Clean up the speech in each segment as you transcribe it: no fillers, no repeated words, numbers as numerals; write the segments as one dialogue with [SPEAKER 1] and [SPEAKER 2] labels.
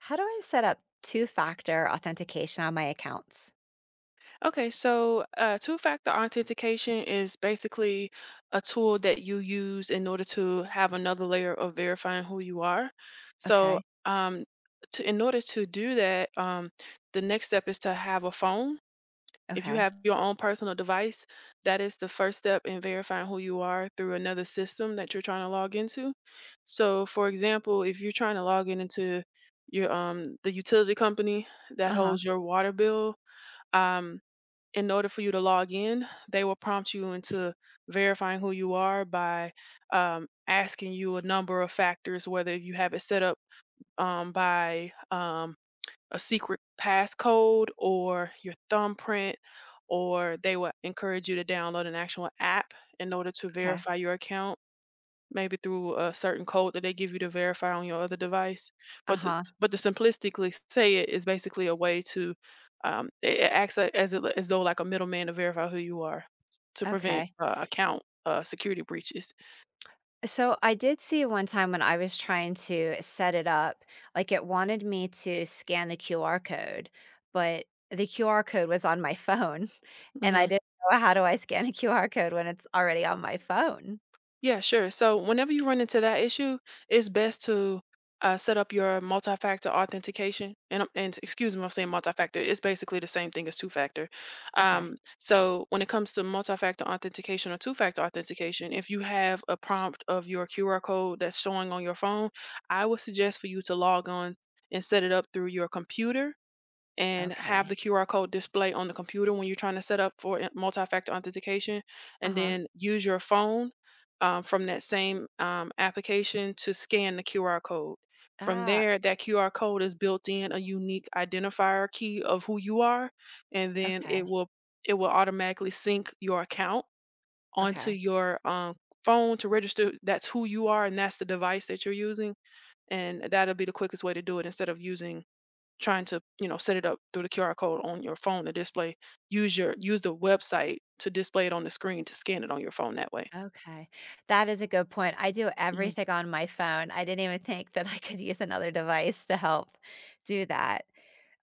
[SPEAKER 1] How do I set up two-factor authentication on my accounts?
[SPEAKER 2] Okay, so two-factor authentication is basically a tool that you use in order to have another layer of verifying who you are. So,
[SPEAKER 1] Okay.
[SPEAKER 2] um, in order to do that, the next step is to have a phone. If you
[SPEAKER 1] Okay.
[SPEAKER 2] have your own personal device, that is the first step in verifying who you are through another system that you're trying to log into. So, for example, if you're trying to log in into your the utility company that
[SPEAKER 1] Uh-huh.
[SPEAKER 2] holds your water bill, um, in order for you to log in, they will prompt you into verifying who you are by asking you a number of factors, whether you have it set up by a secret passcode or your thumbprint, or they will encourage you to download an actual app in order to
[SPEAKER 1] Okay.
[SPEAKER 2] verify your account. Maybe through a certain code that they give you to verify on your other device, but to
[SPEAKER 1] Uh-huh.
[SPEAKER 2] but to simplistically say it is basically a way to, it acts a as it as though like a middleman to verify who you are, to prevent,
[SPEAKER 1] Okay.
[SPEAKER 2] account, security breaches.
[SPEAKER 1] So I did see one time when I was trying to set it up, like it wanted me to scan the QR code, but the QR code was on my phone and I
[SPEAKER 2] Mhm.
[SPEAKER 1] didn't know, how do I scan a QR code when it's already on my phone?
[SPEAKER 2] Yeah, sure. So whenever you run into that issue, it's best to set up your multi-factor authentication. And excuse me, I'm saying multi-factor. It's basically the same thing as two-factor. Um,
[SPEAKER 1] Okay.
[SPEAKER 2] so when it comes to multi-factor authentication or two-factor authentication, if you have a prompt of your QR code that's showing on your phone, I would suggest for you to log on and set it up through your computer and have the
[SPEAKER 1] Okay.
[SPEAKER 2] QR code display on the computer when you're trying to set up for multi-factor authentication, and
[SPEAKER 1] Uh-huh.
[SPEAKER 2] then use your phone from that same application to scan the QR code. From
[SPEAKER 1] Ah,
[SPEAKER 2] there, that QR code is built in a unique identifier key of who you are, and then it
[SPEAKER 1] okay.
[SPEAKER 2] will it will automatically sync your account onto
[SPEAKER 1] Okay.
[SPEAKER 2] your phone to register that's who you are and that's the device that you're using and that'll be the quickest way to do it instead of using trying to, you know, set it up through the QR code on your phone to display. Use the website to display it on the screen to scan it on your phone that way.
[SPEAKER 1] Okay. That is a good point. I do
[SPEAKER 2] Mhm.
[SPEAKER 1] everything on my phone. I didn't even think that I could use another device to help do that.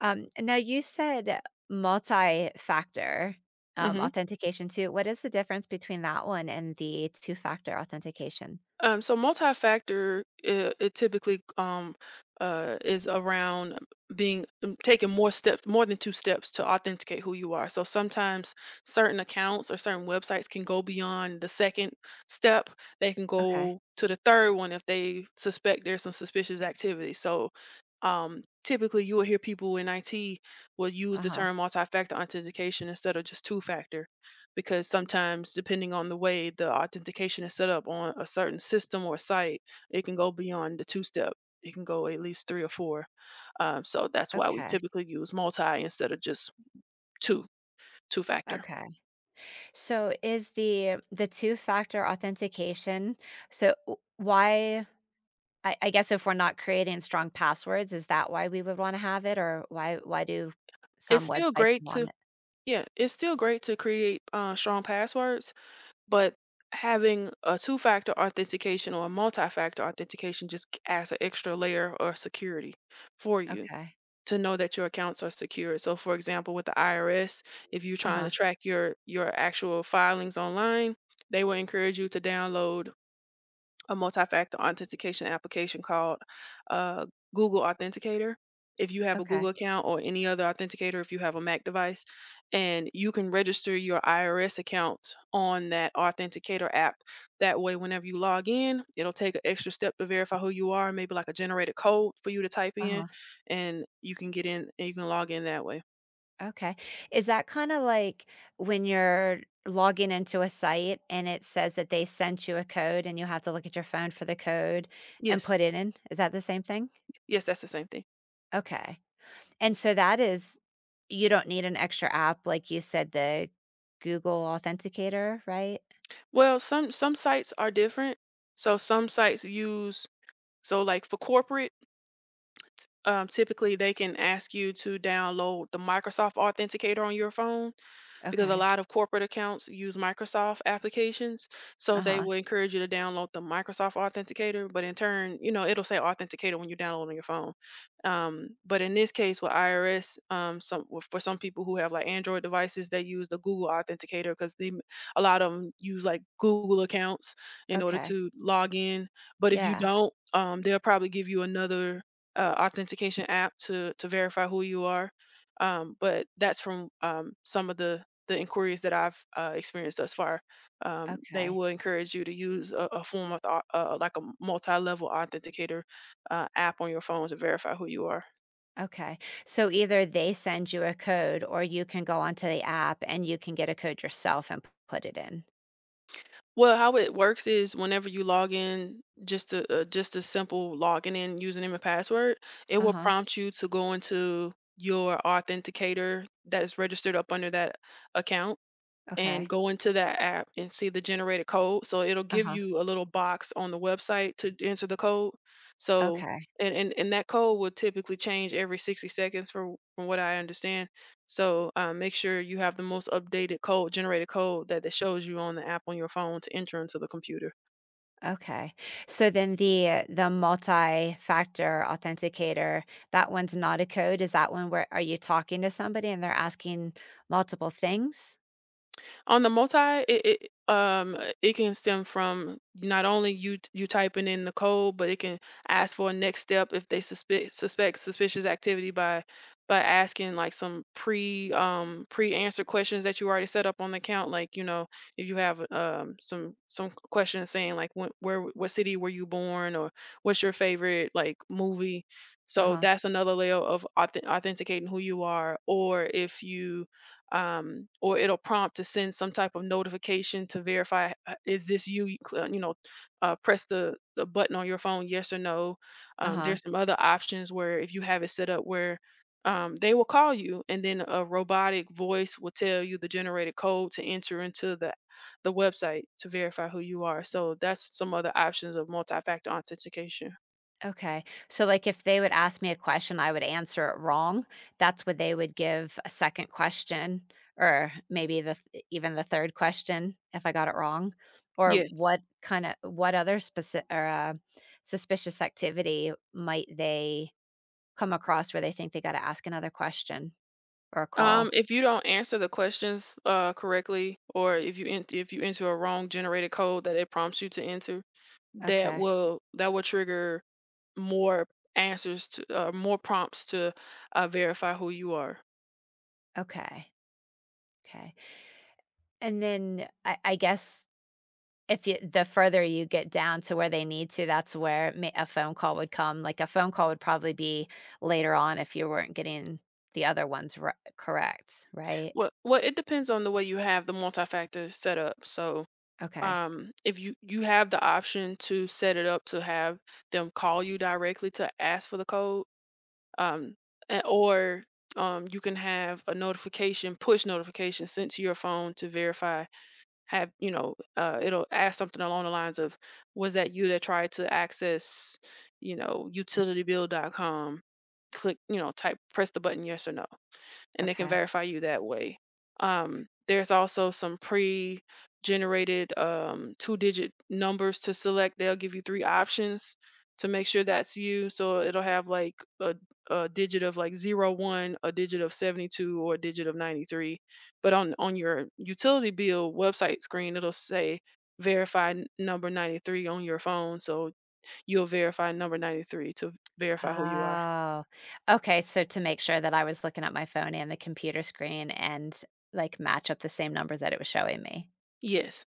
[SPEAKER 1] Now, you said multi factor
[SPEAKER 2] Mhm.
[SPEAKER 1] authentication too. What is the difference between that one and the two factor authentication?
[SPEAKER 2] So multi-factor, it typically is around being taking more steps, more than two steps to authenticate who you are. So sometimes certain accounts or certain websites can go beyond the second step. They can
[SPEAKER 1] Okay.
[SPEAKER 2] go to the third one if they suspect there's some suspicious activity. So typically, you will hear people in IT will use
[SPEAKER 1] Uh
[SPEAKER 2] the
[SPEAKER 1] huh.
[SPEAKER 2] term multi-factor authentication instead of just two-factor because sometimes depending on the way the authentication is set up on a certain system or site it can go beyond the two step, it can go at least three or four, so that's why we
[SPEAKER 1] Okay.
[SPEAKER 2] typically use multi instead of just two, two factor.
[SPEAKER 1] Okay. So is the two factor authentication, so why, I guess, if we're not creating strong passwords, is that why we would wanna have it, or why do
[SPEAKER 2] It's
[SPEAKER 1] some
[SPEAKER 2] still
[SPEAKER 1] websites
[SPEAKER 2] great to,
[SPEAKER 1] want it?
[SPEAKER 2] yeah, it's still great to create strong passwords, but having a two factor authentication or a multi factor authentication just adds an extra layer of security for you
[SPEAKER 1] Okay.
[SPEAKER 2] to know that your accounts are secure. So for example, with the IRS, if you're trying
[SPEAKER 1] Uh-huh.
[SPEAKER 2] to track your actual filings online, they will encourage you to download a multi-factor authentication application called uh, Google Authenticator. If you have a
[SPEAKER 1] Okay.
[SPEAKER 2] Google account or any other authenticator, if you have a Mac device, and you can register your IRS account on that authenticator app. That way, whenever you log in, it'll take an extra step to verify who you are, maybe like a generated code for you to type in,
[SPEAKER 1] Uh-huh.
[SPEAKER 2] and you can get in and you can log in that way.
[SPEAKER 1] Okay. Is that kinda like when you're logging into a site and it says that they sent you a code and you have to look at your phone for the code and
[SPEAKER 2] Yes,
[SPEAKER 1] put it in? Is that the same thing?
[SPEAKER 2] yes, that's the same thing.
[SPEAKER 1] Okay. And so that is, you don't need an extra app, like you said, the Google Authenticator, right?
[SPEAKER 2] Well, some sites are different. So some sites use, so like for corporate typically they can ask you to download the Microsoft Authenticator on your phone because a
[SPEAKER 1] Okay.
[SPEAKER 2] lot of corporate accounts use Microsoft applications. So they
[SPEAKER 1] Uh-huh.
[SPEAKER 2] will encourage you to download the Microsoft Authenticator, but in turn, you know, it'll say Authenticator when you download on your phone. But in this case with IRS, for some people who have like Android devices, they use the Google Authenticator because they, a lot of them use like Google accounts in order
[SPEAKER 1] Okay.
[SPEAKER 2] to log in. But if you
[SPEAKER 1] Yeah.
[SPEAKER 2] don't, they'll probably give you another authentication app to verify who you are. But that's from some of the inquiries that I've experienced thus far. They
[SPEAKER 1] Okay.
[SPEAKER 2] will encourage you to use a form of like a multi-level authenticator app on your phone to verify who you are.
[SPEAKER 1] Okay. So either they send you a code, or you can go onto the app and you can get a code yourself and put it in.
[SPEAKER 2] Well, how it works is whenever you log in, just a simple login in username and password, it will
[SPEAKER 1] Uh-huh.
[SPEAKER 2] prompt you to go into your authenticator that is registered up under that account and
[SPEAKER 1] Okay.
[SPEAKER 2] go into that app and see the generated code. So it'll give
[SPEAKER 1] Uh-huh.
[SPEAKER 2] you a little box on the website to enter the code. So
[SPEAKER 1] Okay.
[SPEAKER 2] and that code will typically change every 60 seconds from what I understand. So make sure you have the most updated code, generated code that, that shows you on the app on your phone to enter into the computer.
[SPEAKER 1] Okay. So then the multi-factor authenticator, that one's not a code. Is that one where are you talking to somebody and they're asking multiple things?
[SPEAKER 2] On the multi, it can stem from not only you you typing in the code but it can ask for a next step if they suspect suspicious activity by asking like some pre answered questions that you already set up on the account, like you know, if you have some questions saying like when, where what city were you born, or what's your favorite like movie, so
[SPEAKER 1] Uh-huh.
[SPEAKER 2] that's another layer of authenticating who you are, or if you or it'll prompt to send some type of notification to verify, is this you? You you know, press the button on your phone, yes or no.
[SPEAKER 1] Uh-huh.
[SPEAKER 2] There's some other options where if you have it set up where they will call you and then a robotic voice will tell you the generated code to enter into the website to verify who you are, so that's some other options of multi-factor authentication.
[SPEAKER 1] Okay. So, like, if they would ask me a question, I would answer it wrong. That's when they would give a second question, or maybe the even the third question if I got it wrong. Or
[SPEAKER 2] Yes.
[SPEAKER 1] what kind of, what other specific or suspicious activity might they come across where they think they got to ask another question or a call?
[SPEAKER 2] If you don't answer the questions correctly, or if you if you enter a wrong generated code that it prompts you to enter, that
[SPEAKER 1] Okay.
[SPEAKER 2] will that will trigger more answers to, more prompts to verify who you are.
[SPEAKER 1] Okay. Okay. And then I guess, if you, the further you get down to where they need to, that's where may a phone call would come, like, a phone call would probably be later on if you weren't getting the other ones ri correct, right?
[SPEAKER 2] Well, well, it depends on the way you have the multi-factor set up. So,
[SPEAKER 1] Okay,
[SPEAKER 2] if you have the option to set it up to have them call you directly to ask for the code, um, a- or you can have a notification, push notification sent to your phone to verify. Have, you know? It'll ask something along the lines of, "Was that you that tried to access, you know, utilitybill.com?" Click, you know, type, press the button, yes or no, and they can
[SPEAKER 1] okay.
[SPEAKER 2] verify you that way. There's also some pre-generated two-digit numbers to select. They'll give you three options to make sure that's you. So it'll have like a, a digit of like 01, a digit of 72, or a digit of 93. But on your utility bill website screen, it'll say verify number 93 on your phone. So you'll verify number 93 to verify who you are.
[SPEAKER 1] Oh, okay, so to make sure that I was looking at my phone and the computer screen and, like, match up the same numbers that it was showing me.
[SPEAKER 2] Yes.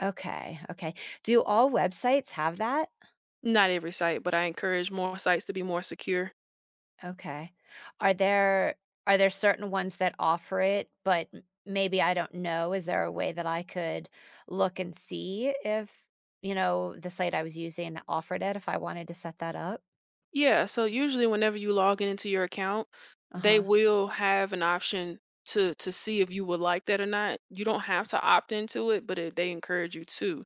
[SPEAKER 1] Okay, okay. Do all websites have that?
[SPEAKER 2] Not every site, but I encourage more sites to be more secure.
[SPEAKER 1] Okay. Are there are there certain ones that offer it, but m maybe I don't know? Is there a way that I could look and see if, you know, the site I was using offered it if I wanted to set that up?
[SPEAKER 2] Yeah, so usually whenever you log in into your account, they
[SPEAKER 1] Uh-huh.
[SPEAKER 2] will have an option to see if you would like that or not. You don't have to opt into it, but it, they encourage you to.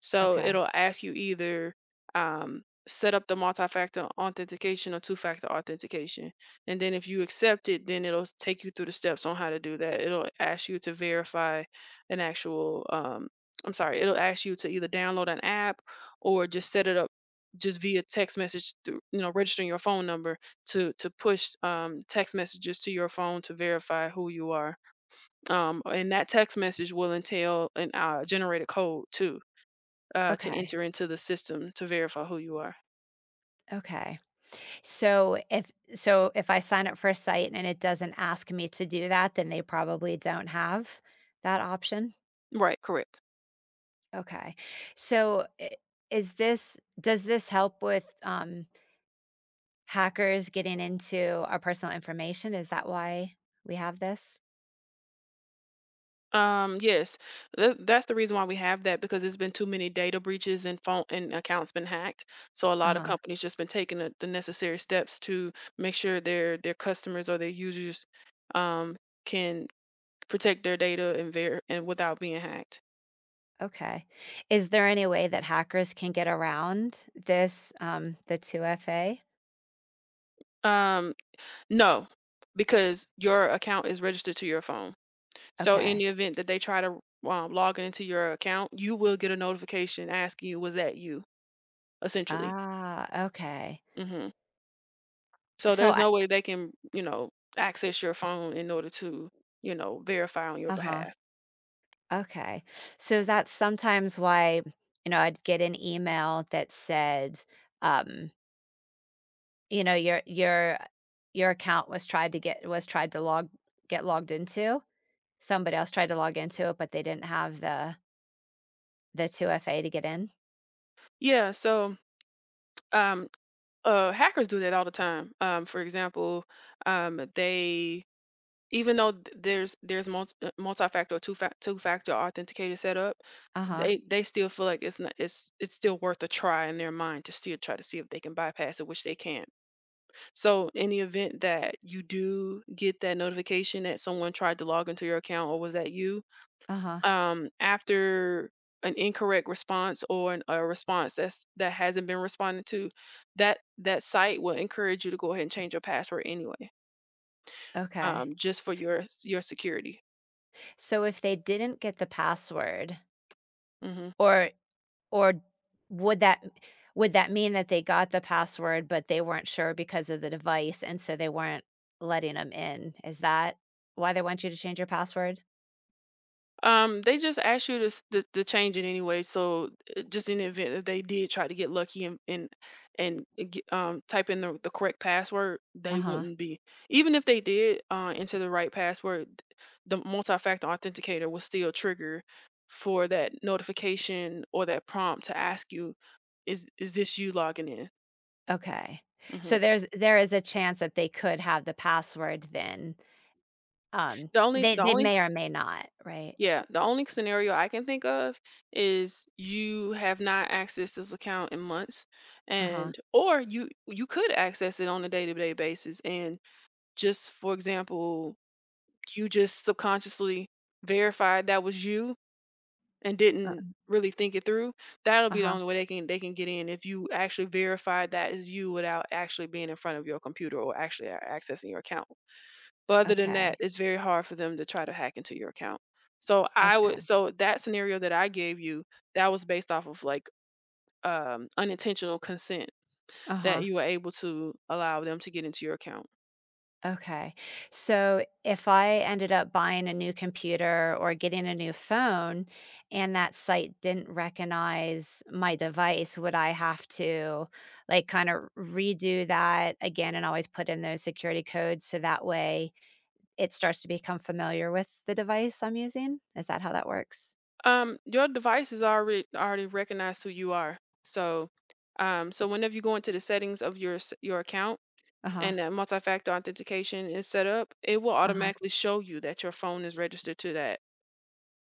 [SPEAKER 2] So
[SPEAKER 1] Okay.
[SPEAKER 2] it'll ask you either set up the multi-factor authentication or two-factor authentication. And then if you accept it, then it'll take you through the steps on how to do that. It'll ask you to verify an actual I'm sorry, it'll ask you to either download an app or just set it up just via text message through, you know, registering your phone number to push text messages to your phone to verify who you are, and that text message will entail an generated code too, to
[SPEAKER 1] Okay.
[SPEAKER 2] enter into the system to verify who you are.
[SPEAKER 1] Okay. So if, so if I sign up for a site and it doesn't ask me to do that, then they probably don't have that option?
[SPEAKER 2] Right, correct.
[SPEAKER 1] Okay. So, I is this, does this help with, hackers getting into our personal information? Is that why we have this?
[SPEAKER 2] Yes, that's the reason why we have that because there's been too many data breaches and phone and accounts been hacked, so a lot of
[SPEAKER 1] Uh-huh,
[SPEAKER 2] companies just been taking the necessary steps to make sure their customers or their users um can protect their data and without being hacked.
[SPEAKER 1] okay. Is there any way that hackers can get around this, the 2FA?
[SPEAKER 2] Um, no, because your account is registered to your phone. So in
[SPEAKER 1] Okay.
[SPEAKER 2] the event that they try to log into your account, you will get a notification asking you, was that you, essentially.
[SPEAKER 1] Ah, okay.
[SPEAKER 2] Hmm. So
[SPEAKER 1] So
[SPEAKER 2] there's
[SPEAKER 1] I
[SPEAKER 2] no way they can, you know, access your phone in order to, you know, verify on your
[SPEAKER 1] uh-huh,
[SPEAKER 2] behalf.
[SPEAKER 1] okay. So that's sometimes why, you know, I'd get an email that said, um, you know, your your account was tried to get, was tried to log get logged into. Somebody else tried to log into it, but they didn't have the 2FA to get in?
[SPEAKER 2] Yeah. So um, hackers do that all the time. For example, they, even though th- there's multi multi-factor or two-factor authenticator set up,
[SPEAKER 1] Uh-huh,
[SPEAKER 2] they still feel like it's not it's it's still worth a try in their mind to still try to see if they can bypass it, which they can't. So in the event that you do get that notification that someone tried to log into your account, or was that you,
[SPEAKER 1] uh-huh,
[SPEAKER 2] after an incorrect response or a response that's that hasn't been responded to, that site will encourage you to go ahead and change your password anyway,
[SPEAKER 1] okay.
[SPEAKER 2] just for your security.
[SPEAKER 1] So if they didn't get the password,
[SPEAKER 2] Hmm.
[SPEAKER 1] or or, would that, would that mean that they got the password, but they weren't sure because of the device, and so they weren't letting them in? Is that why they want you to change your password?
[SPEAKER 2] They just asked you to, to change it anyway. So just in the event that they did try to get lucky and type in the correct password, they
[SPEAKER 1] Uh-huh,
[SPEAKER 2] wouldn't be. Even if they did enter the right password, the multi-factor authenticator will still trigger for that notification or that prompt to ask you, is this you logging in?
[SPEAKER 1] okay.
[SPEAKER 2] Hmm.
[SPEAKER 1] So there's, there is a chance that they could have the password then, um,
[SPEAKER 2] The only the
[SPEAKER 1] they
[SPEAKER 2] only
[SPEAKER 1] may or may not, right?
[SPEAKER 2] yeah, the only scenario I can think of is you have not accessed this account in months,
[SPEAKER 1] Uh-huh,
[SPEAKER 2] and or you could access it on a day-to-day basis and, just for example, you just subconsciously verified that was you and didn't
[SPEAKER 1] huh
[SPEAKER 2] really think it through. That'll
[SPEAKER 1] uh
[SPEAKER 2] be the
[SPEAKER 1] huh
[SPEAKER 2] only way they can get in if you actually verified that is you without actually being in front of your computer or actually accessing your account. But other than
[SPEAKER 1] okay,
[SPEAKER 2] that, it's very hard for them to try to hack into your account. So I
[SPEAKER 1] okay,
[SPEAKER 2] would, so that scenario that I gave you, that was based off of like unintentional consent that
[SPEAKER 1] uh-huh.
[SPEAKER 2] you were able to allow them to get into your account.
[SPEAKER 1] Okay. So if I ended up buying a new computer or getting a new phone and that site didn't recognize my device, would I have to like kind of redo that again and always put in those security codes so that way it starts to become familiar with the device I'm using? Is that how that works?
[SPEAKER 2] Um, your device is already recognized who you are. So whenever you go into the settings of your your account
[SPEAKER 1] Uh-huh.
[SPEAKER 2] and that multi-factor authentication is set up, it will
[SPEAKER 1] Uh-huh.
[SPEAKER 2] automatically show you that your phone is registered to that.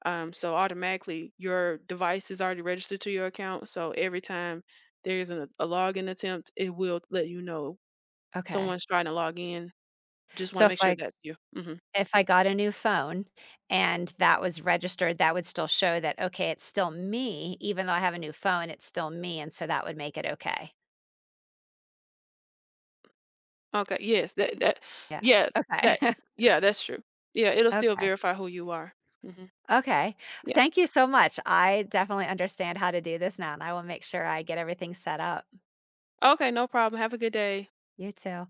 [SPEAKER 2] So automatically your device is already registered to your account. So every time there is a login attempt, it will let you know
[SPEAKER 1] Okay.
[SPEAKER 2] someone's trying to log in. Just want
[SPEAKER 1] So
[SPEAKER 2] to
[SPEAKER 1] if
[SPEAKER 2] make sure
[SPEAKER 1] I,
[SPEAKER 2] that's you. Hmm.
[SPEAKER 1] if I got a new phone and that was registered, that would still show that, okay, it's still me, even though I have a new phone, it's still me, and so that would make it okay.
[SPEAKER 2] Okay. Yes. That. That.
[SPEAKER 1] Yeah.
[SPEAKER 2] Yeah. That.
[SPEAKER 1] Okay.
[SPEAKER 2] Yeah. That's true. Yeah. It'll still
[SPEAKER 1] Okay.
[SPEAKER 2] verify who you are. Hmm.
[SPEAKER 1] Okay.
[SPEAKER 2] Yeah.
[SPEAKER 1] Thank you so much. I definitely understand how to do this now, and I will make sure I get everything set up.
[SPEAKER 2] Okay. No problem. Have a good day.
[SPEAKER 1] You too.